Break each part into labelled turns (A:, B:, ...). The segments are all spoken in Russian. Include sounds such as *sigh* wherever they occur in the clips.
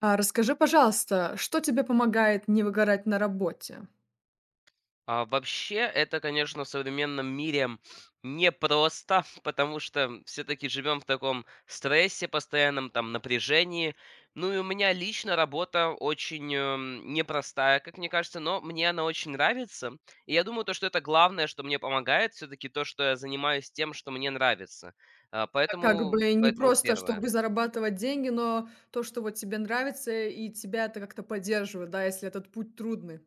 A: А расскажи, пожалуйста, что тебе помогает не выгорать на работе?
B: Вообще, это, конечно, в современном мире непросто, *laughs* потому что все-таки живем в таком стрессе постоянном, там, напряжении. Ну и у меня лично работа очень непростая, как мне кажется, но мне она очень нравится. И я думаю, то, что это главное, что мне помогает, все-таки то, что я занимаюсь тем, что мне нравится. А,
A: А как
B: поэтому,
A: бы не
B: поэтому
A: просто,
B: первое.
A: чтобы зарабатывать деньги, но то, что вот тебе нравится, и тебя это как-то поддерживает, да, если этот путь трудный.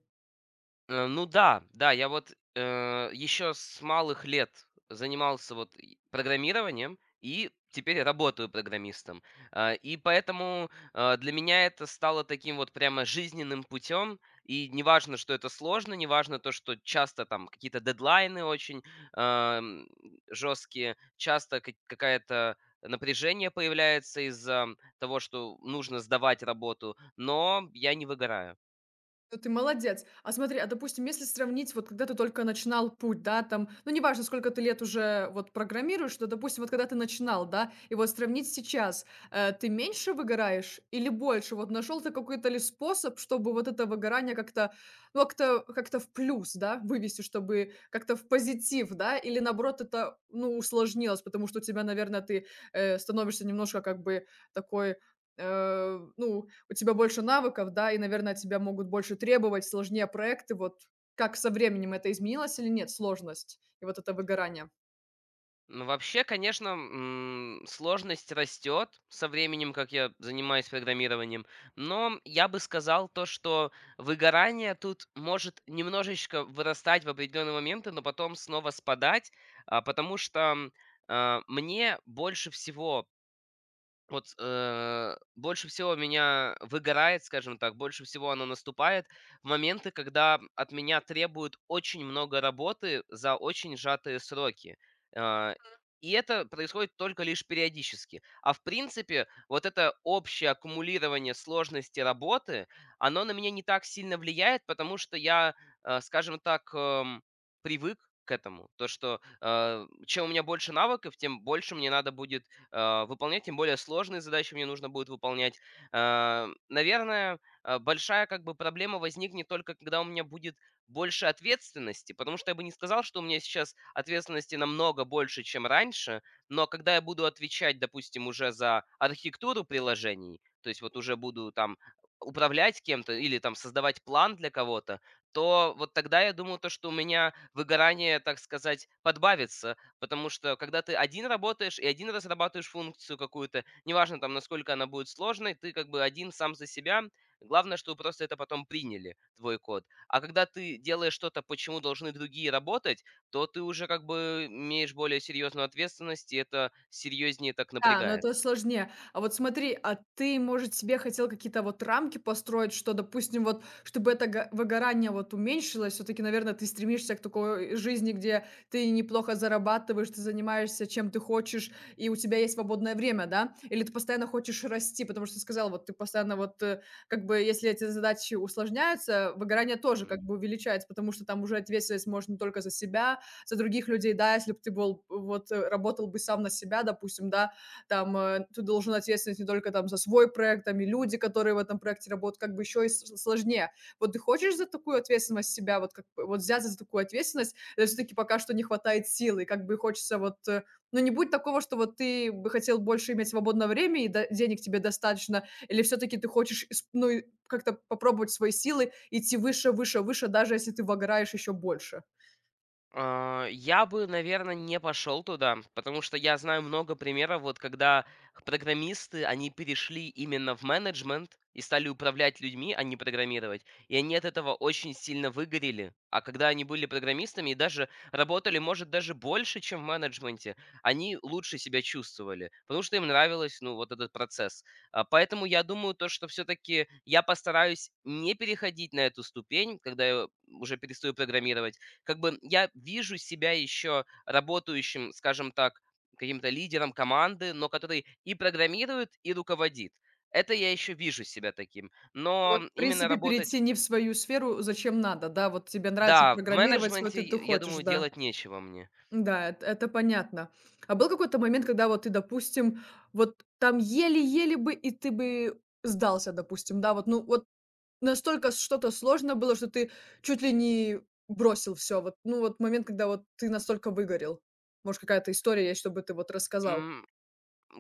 B: Ну да, да, я вот, еще с малых лет занимался вот и программированием, и теперь работаю программистом. И поэтому, для меня это стало таким вот прямо жизненным путем. И неважно, что это сложно, неважно то, что часто там какие-то дедлайны очень, ам, жесткие, часто ка какая-то напряжение появляется из-за того, что нужно сдавать работу, но я не выгораю.
A: Ну, ты молодец. А смотри, а допустим, если сравнить, вот когда ты только начинал путь, да, там, ну, неважно, сколько ты лет уже вот программируешь, но, допустим, вот когда ты начинал, да, и вот сравнить сейчас, ты меньше выгораешь или больше? Вот нашел ты какой-то ли способ, чтобы вот это выгорание как-то, ну, как-то в плюс, да, вывести, чтобы как-то в позитив, да, или наоборот это, ну, усложнилось, потому что у тебя, наверное, ты становишься немножко как бы такой. Ну, у тебя больше навыков, да, и, наверное, от тебя могут больше требовать, сложнее проекты. Вот как со временем это изменилось или нет, сложность и вот это выгорание?
B: Ну, вообще, конечно, сложность растет со временем, как я занимаюсь программированием, но я бы сказал то, что выгорание тут может немножечко вырастать в определенные моменты, но потом снова спадать, потому что мне больше всего меня выгорает, скажем так, больше всего оно наступает в моменты, когда от меня требуют очень много работы за очень сжатые сроки. Э, и это происходит только лишь периодически. А в принципе, вот это общее аккумулирование сложности работы, оно на меня не так сильно влияет, потому что я, скажем так, привык к этому. То, что чем у меня больше навыков, тем больше мне надо будет выполнять, тем более сложные задачи мне нужно будет выполнять. Наверное, большая как бы проблема возникнет только, когда у меня будет больше ответственности, потому что я бы не сказал, что у меня сейчас ответственности намного больше, чем раньше, но когда я буду отвечать, допустим, уже за архитектуру приложений, то есть вот уже буду там управлять кем-то или там создавать план для кого-то, то вот тогда я думаю, то, что у меня выгорание, так сказать, подбавится. Потому что когда ты один работаешь и один разрабатываешь функцию какую-то, неважно там, насколько она будет сложной, ты как бы один сам за себя. Главное, чтобы просто это потом приняли, твой код. А когда ты делаешь что-то, почему должны другие работать, то ты уже как бы имеешь более серьезную ответственность, и это серьезнее так
A: Да, но
B: напрягает.
A: это сложнее. А вот смотри, а ты, может, себе хотел какие-то вот рамки построить, что, допустим, вот, чтобы это выгорание вот уменьшилось, все-таки, наверное, ты стремишься к такой жизни, где ты неплохо зарабатываешь, ты занимаешься чем ты хочешь, и у тебя есть свободное время, да? Или ты постоянно хочешь расти, потому что ты сказал, вот ты постоянно вот, как бы, если эти задачи усложняются, выгорание тоже
B: М.
A: как бы увеличается, потому что там уже ответственность может не только за себя, за других людей, да, если бы ты был, вот, работал бы сам на себя, допустим, да, там ты должен ответственность не только там за свой проект, там и люди, которые в этом проекте работают, как бы еще и сложнее. Вот ты хочешь за такую ответственность себя, вот как бы, вот взяться за такую ответственность, или все-таки пока что не хватает силы, как бы хочется вот, ну не будет такого, что вот ты бы хотел больше иметь свободное время и денег тебе достаточно, или все-таки ты хочешь, ну и как-то попробовать свои силы, идти выше, выше, выше, даже если ты выгораешь еще больше.
B: Я бы, наверное, не пошел туда, потому что я знаю много примеров, вот когда программисты, они перешли именно в менеджмент и стали управлять людьми, а не программировать. И они от этого очень сильно выгорели. А когда они были программистами и даже работали, может, даже больше, чем в менеджменте, они лучше себя чувствовали, потому что им нравилось, ну, вот этот процесс. Поэтому я думаю, то, что все-таки я постараюсь не переходить на эту ступень, когда я уже перестаю программировать, как бы я вижу себя еще работающим, скажем так, каким-то лидером команды, но который и программирует, и руководит. Это я еще вижу себя таким. Но
A: Вот, в
B: именно
A: принципе,
B: работать,
A: перейти не в свою сферу зачем надо, да? Вот тебе нравится
B: да, в
A: программировать, вот
B: менеджменте,
A: и ты
B: я
A: хочешь,
B: думаю,
A: да.
B: делать нечего мне.
A: Да, эт это понятно. А был какой-то момент, когда вот ты, допустим, вот там еле-еле бы, и ты бы сдался, допустим, да? Вот, ну, вот настолько что-то сложно было, что ты чуть ли не бросил все. Вот, ну, вот момент, когда вот ты настолько выгорел. Может, какая-то история есть, чтобы ты вот рассказал?
B: М,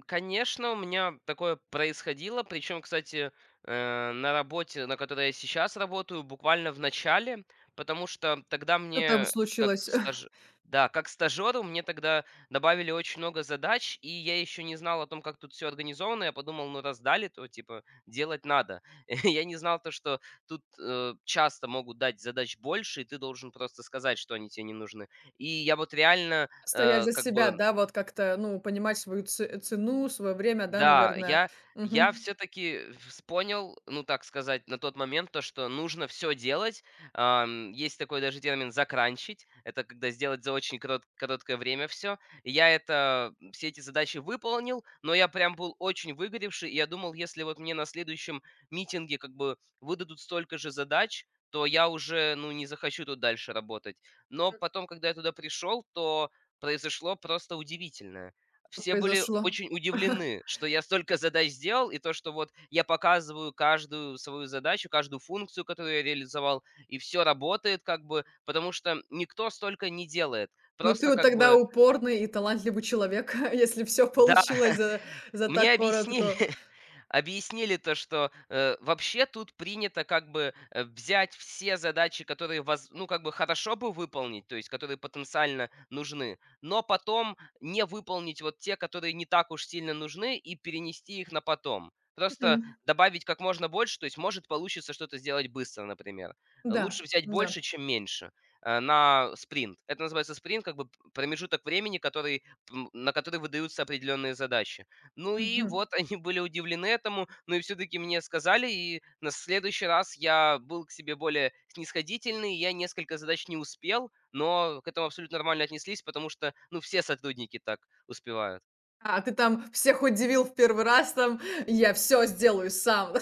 B: Конечно, у меня такое происходило. Причем, кстати, на работе, на которой я сейчас работаю, буквально в начале, потому что тогда
A: Что там
B: мне, как
A: случилось? *laughs*
B: стаж... да, как стажеру, мне тогда добавили очень много задач, и я еще не знал о том, как тут все организовано. Я подумал, ну раз дали, то типа делать надо. *laughs* Я не знал то, что тут часто могут дать задач больше, и ты должен просто сказать, что они тебе не нужны. И я вот реально,
A: Стоять за
B: как
A: себя,
B: бы
A: да, вот как-то, ну, понимать свою цену, свое время, да,
B: да,
A: наверное.
B: я
A: Мгм.
B: все таки понял, ну, так сказать, на тот момент то, что нужно все делать. Есть такой даже термин «закранчить». Это когда сделать за очень крот короткое время все. Я это все эти задачи выполнил, но я прям был очень выгоревший, и я думал, если вот мне на следующем митинге как бы выдадут столько же задач, то я уже, ну, не захочу тут дальше работать. Но потом, когда я туда пришел, то произошло просто удивительное.
A: Что
B: Все были
A: произошло.
B: очень
A: *laughs*
B: удивлены, что я столько задач сделал, и то, что вот я показываю каждую свою задачу, каждую функцию, которую я реализовал, и все работает как бы, потому что никто столько не делает.
A: Но ты
B: Просто
A: вот
B: как
A: тогда
B: бы,
A: упорный и талантливый человек, *laughs* если все
B: да,
A: получилось
B: *laughs*
A: за
B: мне
A: так
B: объяснили,
A: коротко.
B: *laughs* объяснили то, что, вообще тут принято как бы, взять все задачи, которые воз ну, как бы хорошо бы выполнить, то есть которые потенциально нужны, но потом не выполнить вот те, которые не так уж сильно нужны, и перенести их на потом. Просто
A: Мгм.
B: добавить как можно больше, то есть может получится что-то сделать быстро, например.
A: Да,
B: Лучше взять
A: да.
B: больше, чем меньше, на спринт. Это называется спринт, как бы промежуток времени, на который выдаются определенные задачи. Ну и
A: Мгм.
B: вот *laughs* они были удивлены этому, но и все таки мне сказали, и на следующий раз я был к себе более снисходительный. Я несколько задач не успел, но к этому абсолютно нормально отнеслись, потому что, ну, все сотрудники так успевают.
A: А ты там всех удивил в первый раз, там, я все сделаю сам.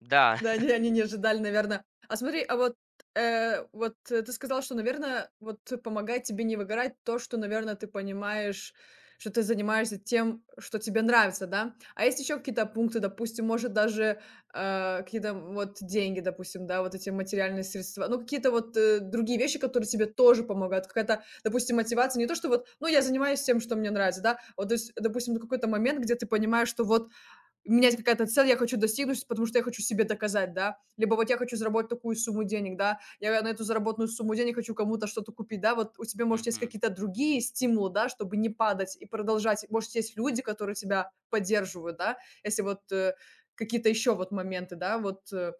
B: Да.
A: Да, они не ожидали, наверное. А смотри, а вот, вот, ты сказал, что, наверное, вот помогает тебе не выгорать то, что, наверное, ты понимаешь, что ты занимаешься тем, что тебе нравится, да? А есть еще какие-то пункты, допустим, может, даже, какие-то, вот деньги, допустим, да, вот эти материальные средства, ну, какие-то вот, другие вещи, которые тебе тоже помогают, какая-то, допустим, мотивация, не то, что вот, ну, я занимаюсь тем, что мне нравится, да, вот, то есть, допустим, какой-то момент, где ты понимаешь, что вот у меня есть какая-то цель, я хочу достигнуть, потому что я хочу себе доказать, да. Либо вот я хочу заработать такую сумму денег, да, я на эту заработанную сумму денег хочу кому-то что-то купить, да. Вот у тебя,
B: *laughs*
A: может, есть
B: Мгм.
A: какие-то другие стимулы, да, чтобы не падать и продолжать. Может, есть люди, которые тебя поддерживают, да, если вот, какие-то еще вот моменты, да, вот,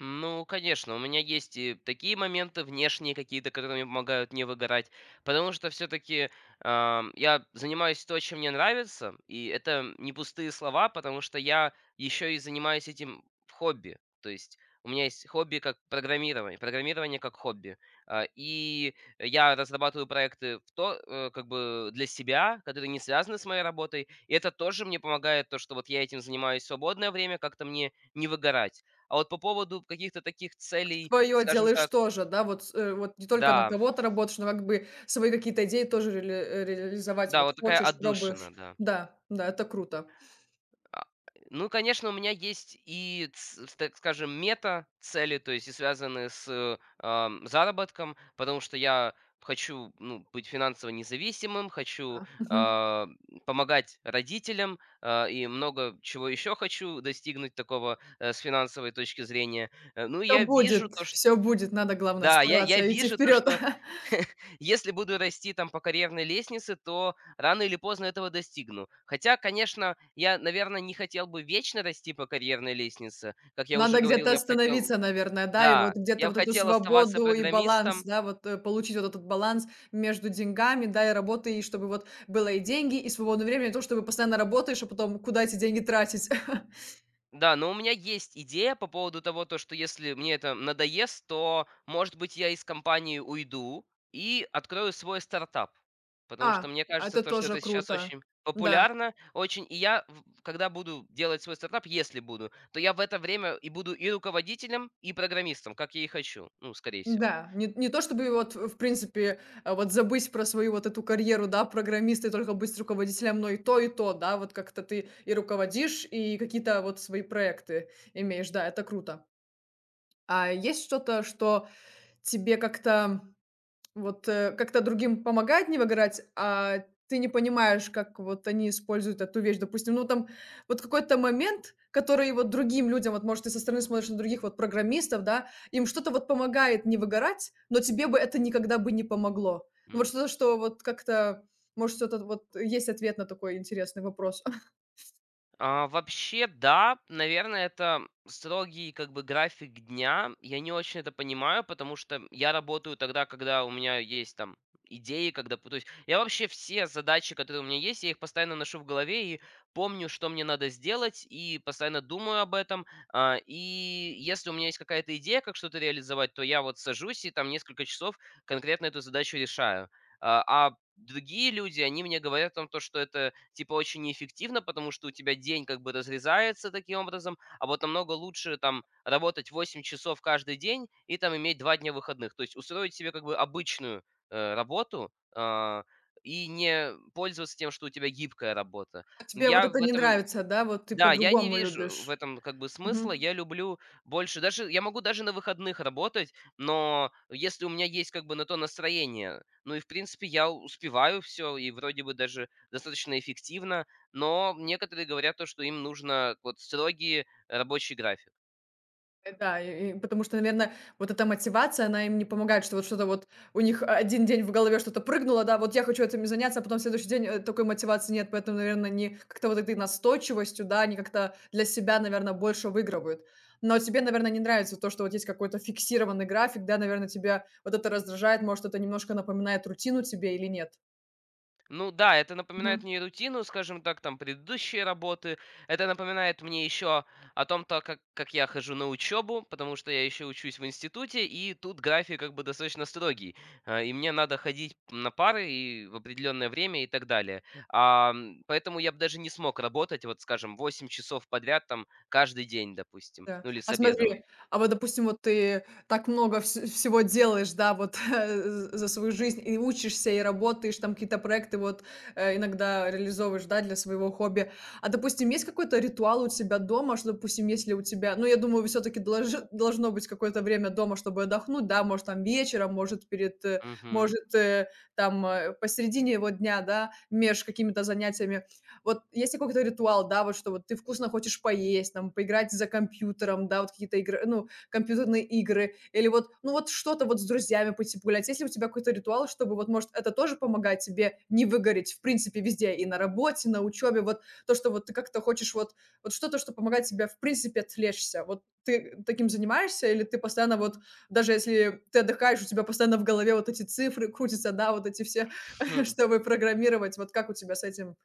B: Ну, конечно, у меня есть и такие моменты внешние какие-то, которые мне помогают не выгорать, потому что все-таки я занимаюсь то, чем мне нравится, и это не пустые слова, потому что я еще и занимаюсь этим в хобби, то есть у меня есть хобби как программирование, программирование как хобби. И я разрабатываю проекты как бы для себя, которые не связаны с моей работой, и это тоже мне помогает то, что вот я этим занимаюсь в свободное время, как-то мне не выгорать. А вот по поводу каких-то таких целей,
A: свое
B: скажем
A: делаешь
B: так,
A: тоже, да, вот, вот не только на
B: да,
A: кого-то работаешь, но как бы свои какие-то идеи тоже реализовать
B: да,
A: вот
B: вот такая
A: хочешь, пробуешь.
B: отдушина, да.
A: Да, да, это круто.
B: А, ну, конечно, у меня есть и, так скажем, мета-цели, то есть и связанные с заработком, потому что я хочу, ну, быть финансово независимым, хочу,
A: А, мгм.
B: а, помогать родителям, и много чего еще хочу достигнуть такого, с финансовой точки зрения. Ну,
A: Все
B: я вижу
A: будет,
B: то, что...
A: все будет. Надо, главное,
B: Да, я
A: стараться идти
B: вижу то,
A: вперед.
B: что
A: *laughs*
B: если буду расти там по карьерной лестнице, то рано или поздно этого достигну. Хотя, конечно, я, наверное, не хотел бы вечно расти по карьерной лестнице. Как я уже
A: Надо
B: говорил,
A: где-то
B: я бы хотел
A: остановиться, наверное, да, и
B: Да,
A: вот где-то
B: я бы
A: вот эту
B: хотел оставаться
A: свободу и баланс,
B: программистом.
A: да, вот, получить вот этот баланс между деньгами, да, и работой, и чтобы вот было и деньги, и свободное время, не то, чтобы постоянно работаешь, а потом куда эти деньги тратить. *laughs*
B: Да, но у меня есть идея по поводу того, то, что если мне это надоест, то, может быть, я из компании уйду и открою свой стартап. Потому что
A: А,
B: мне кажется,
A: это
B: то, что
A: тоже
B: это сейчас
A: круто.
B: очень
A: Да.
B: популярно, очень. И я, когда буду делать свой стартап, если буду, то я в это время и буду и руководителем, и программистом, как я и хочу, ну, скорее всего.
A: Да, не то чтобы вот, в принципе, вот забыть про свою вот эту карьеру, да, программиста и только быть руководителем, но и то, да, вот как-то ты и руководишь, и какие-то вот свои проекты имеешь, да, это круто. А есть что-то, что тебе как-то вот, как-то другим помогает не выгорать, а ты не понимаешь, как вот они используют эту вещь. Допустим, ну там вот какой-то момент, который вот другим людям, вот может ты со стороны смотришь на других вот программистов, да, им что-то вот помогает не выгорать, но тебе бы это никогда бы не помогло. Ну вот что-то, что вот как-то, может, что-то вот есть ответ на такой интересный вопрос. *laughs*
B: Вообще, да, наверное, это строгий как бы график дня. Я не очень это понимаю, потому что я работаю тогда, когда у меня есть там идеи, то есть я вообще все задачи, которые у меня есть, я их постоянно ношу в голове и помню, что мне надо сделать, и постоянно думаю об этом. И если у меня есть какая-то идея, как что-то реализовать, то я вот сажусь и там несколько часов конкретно эту задачу решаю. А а Другие люди, они мне говорят о том, то, что это типа очень неэффективно, потому что у тебя день как бы разрезается таким образом, а вот намного лучше там работать 8 часов каждый день и там иметь 2 дня выходных. То есть устроить себе как бы обычную, работу, и не пользоваться тем, что у тебя гибкая работа.
A: А тебе вот
B: Я в
A: это не
B: этом
A: нравится, да, вот ты
B: Да, я не
A: по-другому
B: вижу в
A: любишь.
B: этом как бы смысла.
A: Мгм.
B: Я люблю больше Даже я могу даже на выходных работать, но если у меня есть как бы на то настроение, ну и в принципе я успеваю все и вроде бы даже достаточно эффективно, но некоторые говорят то, что им нужно вот строгий рабочий график.
A: Да, и потому что, наверное, вот эта мотивация, она им не помогает, что вот что-то вот у них один день в голове что-то прыгнуло, да, вот я хочу этим заняться, а потом в следующий день, такой мотивации нет, поэтому, наверное, они как-то вот этой настойчивостью, да, они как-то для себя, наверное, больше выигрывают. Но тебе, наверное, не нравится то, что вот есть какой-то фиксированный график, да, наверное, тебя вот это раздражает, может, это немножко напоминает рутину тебе или нет?
B: Ну да, это напоминает мне рутину, скажем так, там предыдущие работы. Это напоминает мне еще о том, то, как я хожу на учебу, потому что я еще учусь в институте, и тут график как бы достаточно строгий. И мне надо ходить на пары и в определенное время и так далее. Поэтому я бы даже не смог работать, вот скажем, 8 часов подряд там каждый день, допустим,
A: Да.
B: ну или с
A: А
B: обедом.
A: смотри, а вот, допустим, вот ты так много вс всего делаешь, да, вот, *laughs* за свою жизнь, и учишься, и работаешь, там какие-то проекты вот, иногда реализовываешь, да, для своего хобби. А, допустим, есть какой-то ритуал у тебя дома, что, допустим, если у тебя ну, я думаю, все таки должно быть какое-то время дома, чтобы отдохнуть, да, может, там вечером, может, перед,
B: Мгм.
A: может, там, посередине его дня, да, меж какими-то занятиями. Вот есть ли какой-то ритуал, да, вот что вот ты вкусно хочешь поесть, там, поиграть за компьютером, да, вот какие-то игры, ну, компьютерные игры, или вот, ну, вот что-то вот с друзьями пойти погулять. Есть ли у тебя какой-то ритуал, чтобы вот, может, это тоже помогает тебе не выгореть, в принципе, везде, и на работе, на учебе, вот то, что вот ты как-то хочешь вот, вот что-то, что помогает тебе, в принципе, отвлечься. Вот ты таким занимаешься, или ты постоянно вот, даже если ты отдыхаешь, у тебя постоянно в голове вот эти цифры крутятся, да, вот эти все, *laughs*
B: *laughs*
A: чтобы программировать. Вот как у тебя с этим?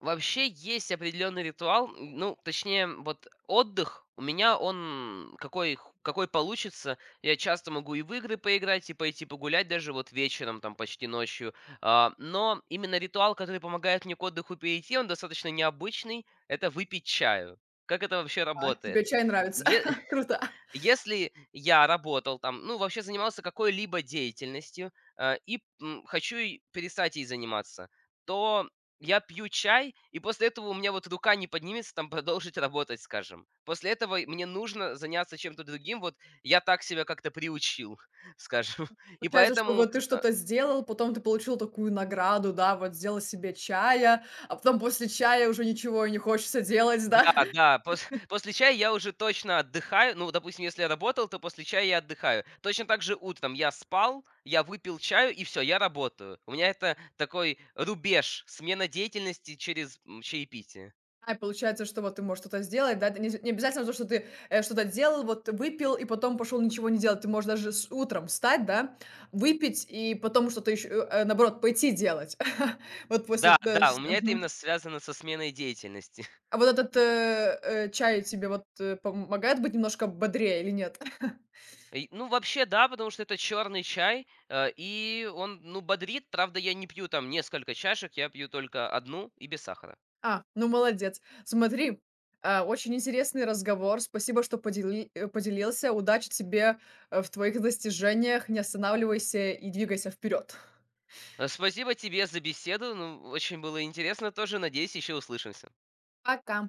B: Вообще есть определенный ритуал, ну, точнее, вот отдых у меня он какой получится. Я часто могу и в игры поиграть, и пойти погулять даже вот вечером, там почти ночью. Но именно ритуал, который помогает мне к отдыху перейти, он достаточно необычный. Это выпить чаю. Как это вообще
A: А,
B: работает?
A: тебе чай нравится.
B: Е-
A: *laughs* Круто.
B: Если я работал там, ну, вообще занимался какой-либо деятельностью, хочу ей перестать ей заниматься, то я пью чай, и после этого у меня вот рука не поднимется там *laughs* продолжить работать, скажем. После этого и мне нужно заняться чем-то другим. Вот я так себя как-то приучил, *laughs* скажем. И
A: Получается, что
B: поэтому,
A: вот ты
B: э
A: что-то сделал, потом ты получил такую награду, да, вот сделал себе чая, а потом после чая уже ничего и не хочется делать, да.
B: Да,
A: *laughs*
B: да, пос *laughs* после чая я уже точно отдыхаю. Ну, допустим, если я работал, то после чая я отдыхаю. Точно так же утром я спал, я выпил чаю, и все, я работаю. У меня это такой рубеж, смена деятельности через, чаепитие.
A: А, получается, что вот ты можешь что-то сделать, да, это не обязательно то, что ты что-то делал, вот выпил и потом пошел ничего не делать. Ты можешь даже с утром встать, да, выпить и потом что-то еще, наоборот, пойти делать. *laughs* Вот после,
B: Да,
A: да,
B: да, у меня это именно
A: мгм.
B: связано со сменой деятельности. *laughs*
A: А вот этот чай тебе вот помогает быть немножко бодрее или нет? *laughs*
B: И, ну, вообще, да, потому что это черный чай, и он, ну, бодрит. Правда, я не пью там несколько чашек, я пью только одну и без сахара.
A: А, ну молодец. Смотри, а, очень интересный разговор. Спасибо, что поделился. Удачи тебе в твоих достижениях. Не останавливайся и двигайся вперед.
B: Спасибо тебе за беседу. Ну, очень было интересно тоже. Надеюсь, еще услышимся.
A: Пока.